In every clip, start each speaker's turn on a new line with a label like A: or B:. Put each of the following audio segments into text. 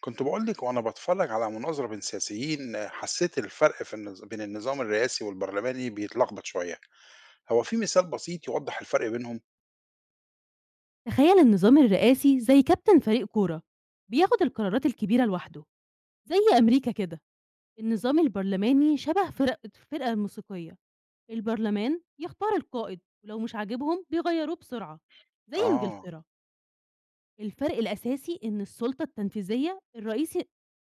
A: كنت باقول لِك وأنا باتفرّج على مناظرة بين سياسيين، حسّيت الفرق في النظ بين النظام الرئاسي والبرلماني بيتلخبط شوية، هو في مثال بسيط يوضّح الفرق بينهم؟
B: تخيل النظام الرئاسي زي كابتن فريق كورة، بياخد القرارات الكبيرة لوحده، زي أمريكا كده. النظام البرلماني شبه فرق الفرقة الموسيقية، البرلمان يختار القائد ولو مش عاجبهم بيغيروه بسرعة، زي
A: آه.
B: إنجلترا. الفرق الأساسي إن السلطة التنفيذية الرئيسي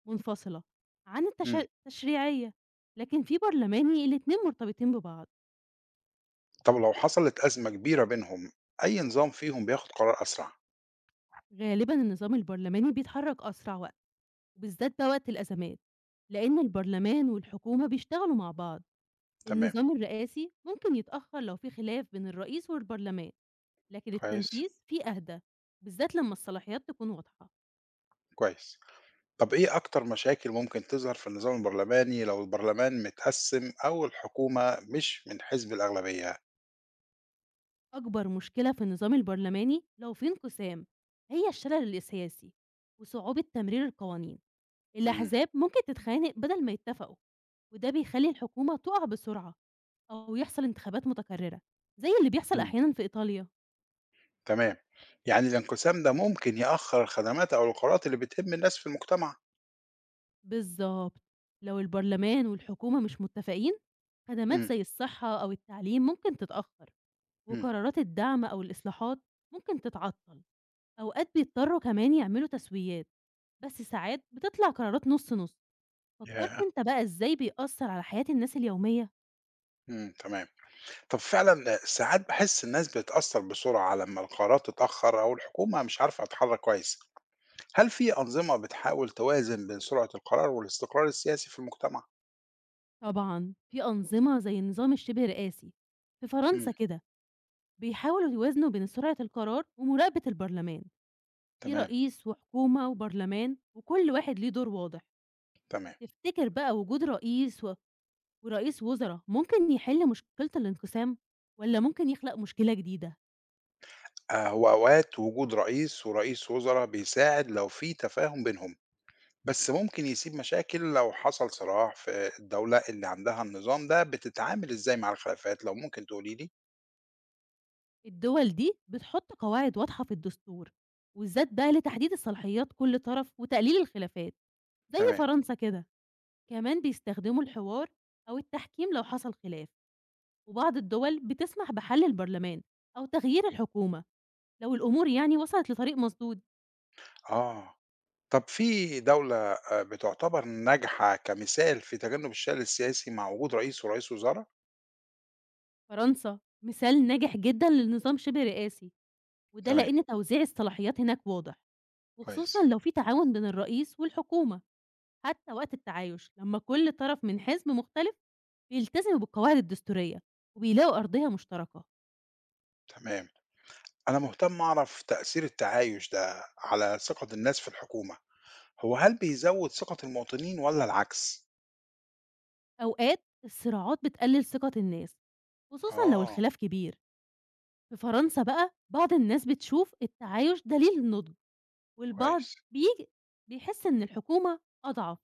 B: منفصلة عن
A: إمم،
B: التشريعية، لكن في برلماني الاتنين مرتبطين ببعض.
A: طب لو حصلت أزمة كبيرة بينهم، أي نظام فيهم بياخد قرار أسرع؟
B: غالبا النظام البرلماني بيتحرك أسرع، وبالذات بقى وقت الأزمات، لإن البرلمان والحكومة بيشتغلوا مع بعض.
A: تمام.
B: النظام الرئاسي ممكن يتأخر لو في خلاف بين الرئيس والبرلمان، لكن
A: كويس.
B: التنفيذ فيه أهدى، بالذات لما الصلاحيات تكون واضحة.
A: كويس. طب إيه أكتر مشاكل ممكن تظهر في النظام البرلماني لو البرلمان متقسّم أو الحكومة مش من حزب الأغلبية؟
B: أكبر مشكلة في النظام البرلماني لو في انقسام هي الشلل السياسي وصعوبة تمرير القوانين،
A: إمم.
B: الأحزاب ممكن تتخانق بدل ما يتفقوا، وده بيخلي الحكومة تقع بسرعة أو يحصل انتخابات متكررة زي اللي بيحصل
A: إمم،
B: أحيانا في إيطاليا.
A: تمام، يعني الانقسام ده ممكن يأخّر الخدمات أو القرارات اللي بتهم الناس في المجتمع.
B: بالضبط، لو البرلمان والحكومة مش متفقين، خدمات
A: إمم.
B: زي الصحة أو التعليم ممكن تتأخر،
A: إمم.
B: وقرارات الدعم أو الإصلاحات ممكن تتعطل، أوقات بيضطروا كمان يعملوا تسويات، بس ساعات بتطلع قرارات نُص نُص. فكرت
A: ياه!
B: أنت بقى إزاي بيأثّر على حياة الناس اليومية؟
A: إمم، تمام. طَب فعلًا ساعات باحس الناس بتتأثّر بسرعة لمّا القرار تتأخّر أو الحكومة مش عارفة تتحرّك كويس. هل في أنظمة بتحاول توازن بين سرعة القرار والاستقرار السياسي في المجتمع؟
B: طبعًا، في أنظمة زي النظام الشِبه رئاسي، في فرنسا
A: إمم.
B: كده، بيحاولوا يوازنوا بين سرعة القرار ومراقبة البرلمان، في
A: تمام.
B: رئيس وحكومة وبرلمان وكل واحد ليه دور واضح.
A: تمام.
B: تفتكر بقى وجود رئيس و ورئيس وزرا ممكن يحل مشكلة الانقسام؟ والّا ممكن يخلق مشكلة جديدة؟
A: هو أوقات وجود رئيس ورئيس وزرا بيساعد لو في تفاهم بينهم، بس ممكن يسيب مشاكل لو حصل صراع في الدولة اللي عندها النظام ده بتتعامل إزاي مع الخلافات لو ممكن تقولي لي؟
B: الدول دي بتحط قواعد واضحة في الدستور، وبالذات بقى لتحديد الصلاحيات كل طرف وتقليل الخلافات، زي
A: تمام.
B: فرنسا كده. كمان بيستخدموا الحوار أو التحكيم لو حصل خلاف، وبعض الدول بتسمح بحل البرلمان أو تغيير الحكومة لو الأمور يعني وصلت لطريق مسدود.
A: آه. طب في دولة بتُعتبر ناجحة كمثال في تجنُّب الشِّلَل السياسي مع وجود رئيس ورئيس وزراء؟
B: فرنسا مثال ناجح جدًا لنظام شبه رئاسي، وده
A: تمام.
B: لإن توزيع الصلاحيات هناك واضح. وخصوصًا
A: كويس.
B: لو في تعاون بين الرئيس والحكومة حتى وقت التعايش، لمّا كل طرف من حزب مختلف بيلتزموا بالقواعد الدستورية وبيلاقوا أرضية مشتركة.
A: تمام. أنا مهتم أعرف تأثير التعايُش ده على ثقة الناس في الحكومة، هو هل بيزوّد ثقة المواطنين والّا العكس؟
B: أوقات الصراعات بتقلل ثقة الناس، خصوصًا لو
A: آه.
B: الخلاف كبير. في فرنسا بقى بعض الناس بتشوف التعايش دليل نضج، والبعض
A: كويس.
B: بييجي بيحس إن الحكومة أضعف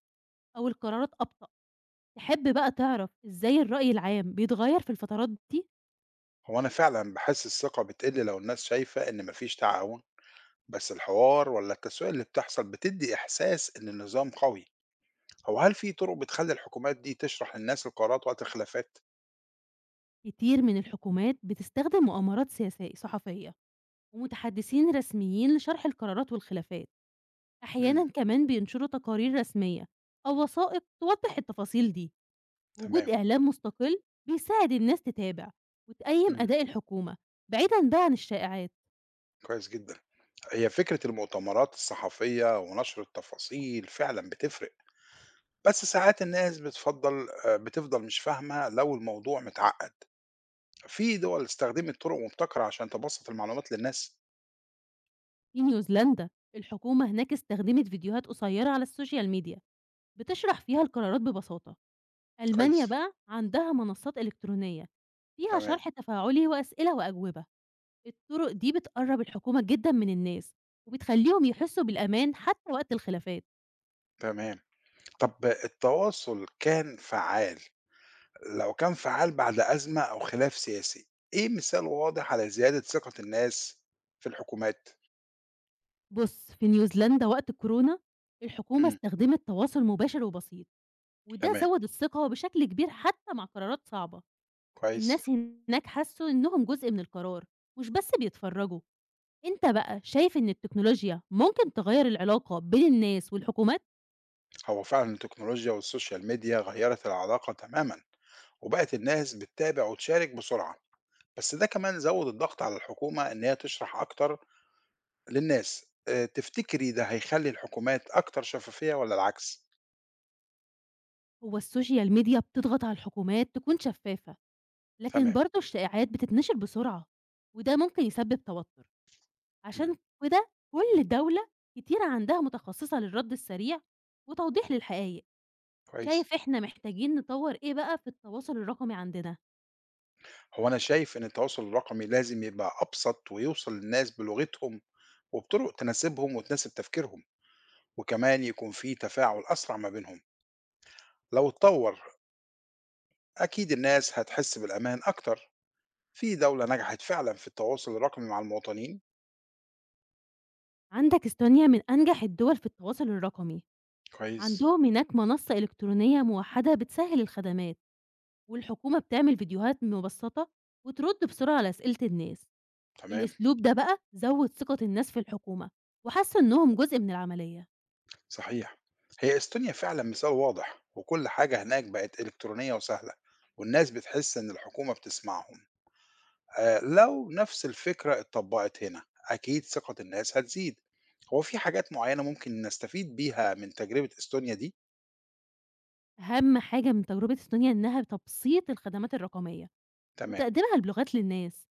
B: أو القرارات أبطأ. تحب بقى تعرف إزاي الرأي العام بيتغير في الفترات دي؟
A: هو أنا فعلًا باحس الثقة بتقِل لو الناس شايفة إن ما فيش تعاون، بس الحوار والّا التسوية اللي بتحصل بتدّي إحساس إن النظام قوي، هو هل في طُرق بتخلّي الحكومات دي تشرح للناس القرارات وقت الخلافات؟
B: كتير من الحكومات بتستخدم مؤامرات سياسية صحفية ومتحدثين رسميين لشرح القرارات والخلافات، أحيانا
A: إمم.
B: كمان بينشروا تقارير رسمية أو وثائق توضح التفاصيل دي. وجود
A: تمام.
B: إعلام مستقل بيساعد الناس تتابع وتقيم
A: إمم.
B: أداء الحكومة بعيدا بقى عن الشائعات.
A: كويس جدًا. هي فكرة المؤتمرات الصحفية ونشر التفاصيل فعلًا بتفرق، بس ساعات الناس بتفضّل بتفضل مش فاهمة لو الموضوع متعقّد. في دول استخدمت طرق مبتكرة عشان تبسّط المعلومات للناس؟
B: في نيوزيلندا الحكومة هناك استخدمت فيديوهات قصيرة على السوشيال ميديا بتشرح فيها القرارات ببساطة، ألمانيا
A: كويس.
B: بقى عندها منصات إلكترونية فيها
A: تمام.
B: شرح تفاعلي وأسئلة وأجوبة. الطرق دي بتقرّب الحكومة جدًا من الناس، وبتخلّيهم يحسّوا بالأمان حتى وقت الخلافات.
A: تمام. طب التواصل كان فعّال، لو كان فعّال بعد أزمة أو خلاف سياسي، إيه مثال واضح على زيادة ثقة الناس في الحكومات؟
B: بُص، في نيوزيلندا وقت الكورونا، الحكومة
A: إمم.
B: استخدمت تواصل مباشر وبسيط، وده
A: تمام.
B: زوّد الثقة بشكل كبير حتى مع قرارات صعبة.
A: كويس.
B: الناس هناك حسّوا إنهم جزء من القرار، مش بس بيتفرّجوا. أنت بقى شايف إن التكنولوجيا ممكن تغيّر العلاقة بين الناس والحكومات؟
A: هو فعلا التكنولوجيا والسوشيال ميديا غيرت العلاقة تماما، وبقت الناس بتتابع وتشارك بسرعة، بس ده كمان زود الضغط على الحكومة إن هي تشرح أكتر للناس. آه، تفتكري ده هيخلي الحكومات أكتر شفافية ولا العكس؟
B: هو السوشيال ميديا بتضغط على الحكومات تكون شفّافة، لكن
A: تمام.
B: برضه الشائعات بتتنشر بسرعة، وده ممكن يسبّب توتر. عشان
A: مم.
B: كده كل دولة كتير عندها متخصصة للرد السريع وتوضيح للحقائق.
A: كويس.
B: شايف إحنا محتاجين نطوّر إيه بقى في التواصل الرقمي عندنا؟
A: هو أنا شايف إن التواصل الرقمي لازم يبقى أبسط ويوصل للناس بلغتهم وبطرق تناسبهم وتناسب تفكيرهم، وكمان يكون في تفاعل أسرع ما بينهم. لو اتطور أكيد الناس هتحس بالأمان أكتر. في دولة نجحت فعلا في التواصل الرقمي مع المواطنين؟
B: عندك إستونيا من أنجح الدول في التواصل الرقمي،
A: كويس.
B: عندهم هناك منصة إلكترونية موحدة بتسهّل الخدمات، والحكومة بتعمل فيديوهات مبسّطة وترد بسرعة على أسئلة الناس.
A: تمام.
B: الأسلوب ده بقى زوّد ثقة الناس في الحكومة، وحسّوا إنّهم جزء من العملية.
A: صحيح. هي استونيا فعلا مثال واضح وكل حاجة هناك بقت إلكترونية وسهلة، والناس بتحس إن الحكومة بتسمعهم. آه، لو نفس الفكرة اتطبقت هنا أكيد ثقة الناس هتزيد. هو في حاجات معينة ممكن نستفيد بيها من تجربة استونيا دي؟
B: أهم حاجة من تجربة إستونيا إنّها تبسيط الخدمات الرقمية
A: تمام.
B: وتقديمها للغات للناس،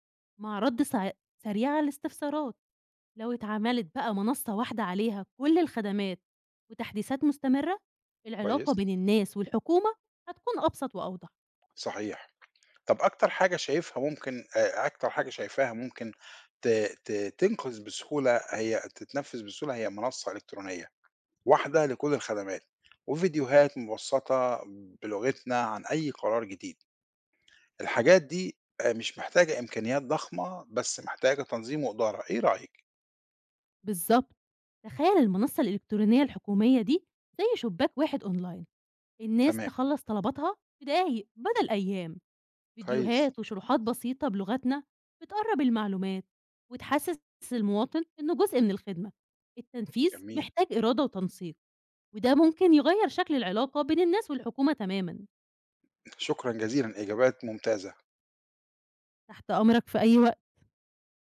B: مع رَدّ سريع على الاستفسارات. لو اتعملت بقى منصة واحدة عليها كل الخدمات وتحديثات مستمرة، العلاقة
A: كويس.
B: بين الناس والحكومة هتكون أبسط وأوضح.
A: صحيح. طب أكتر حاجة شايفها ممكن أكتر حاجة شايفاها ممكن ت ت تنقذ بسهولة هي تتنفذ بسهولة هي منصة إلكترونية واحدة لكل الخدمات، وفيديوهات مبسطة بلغتنا عن أي قرار جديد، الحاجات دي مش محتاجة إمكانيات ضخمة، بس محتاجة تنظيم وإدارة، إيه رأيك؟
B: بالضبط، تخيل المنصة الإلكترونية الحكومية دي زي شباك واحد أونلاين، الناس
A: تمام.
B: تخلّص طلباتها في دقايق بدل أيام،
A: كويس.
B: فيديوهات وشروحات بسيطة بلغتنا بتقرّب المعلومات وتحسّس المواطن إنه جزء من الخدمة. التنفيذ
A: جميل.
B: محتاج إرادة وتنسيق، وده ممكن يغيّر شكل العلاقة بين الناس والحكومة تمامًا.
A: شكرًا جزيلًا، إجابات ممتازة.
B: تحت أمرك في أي وقت.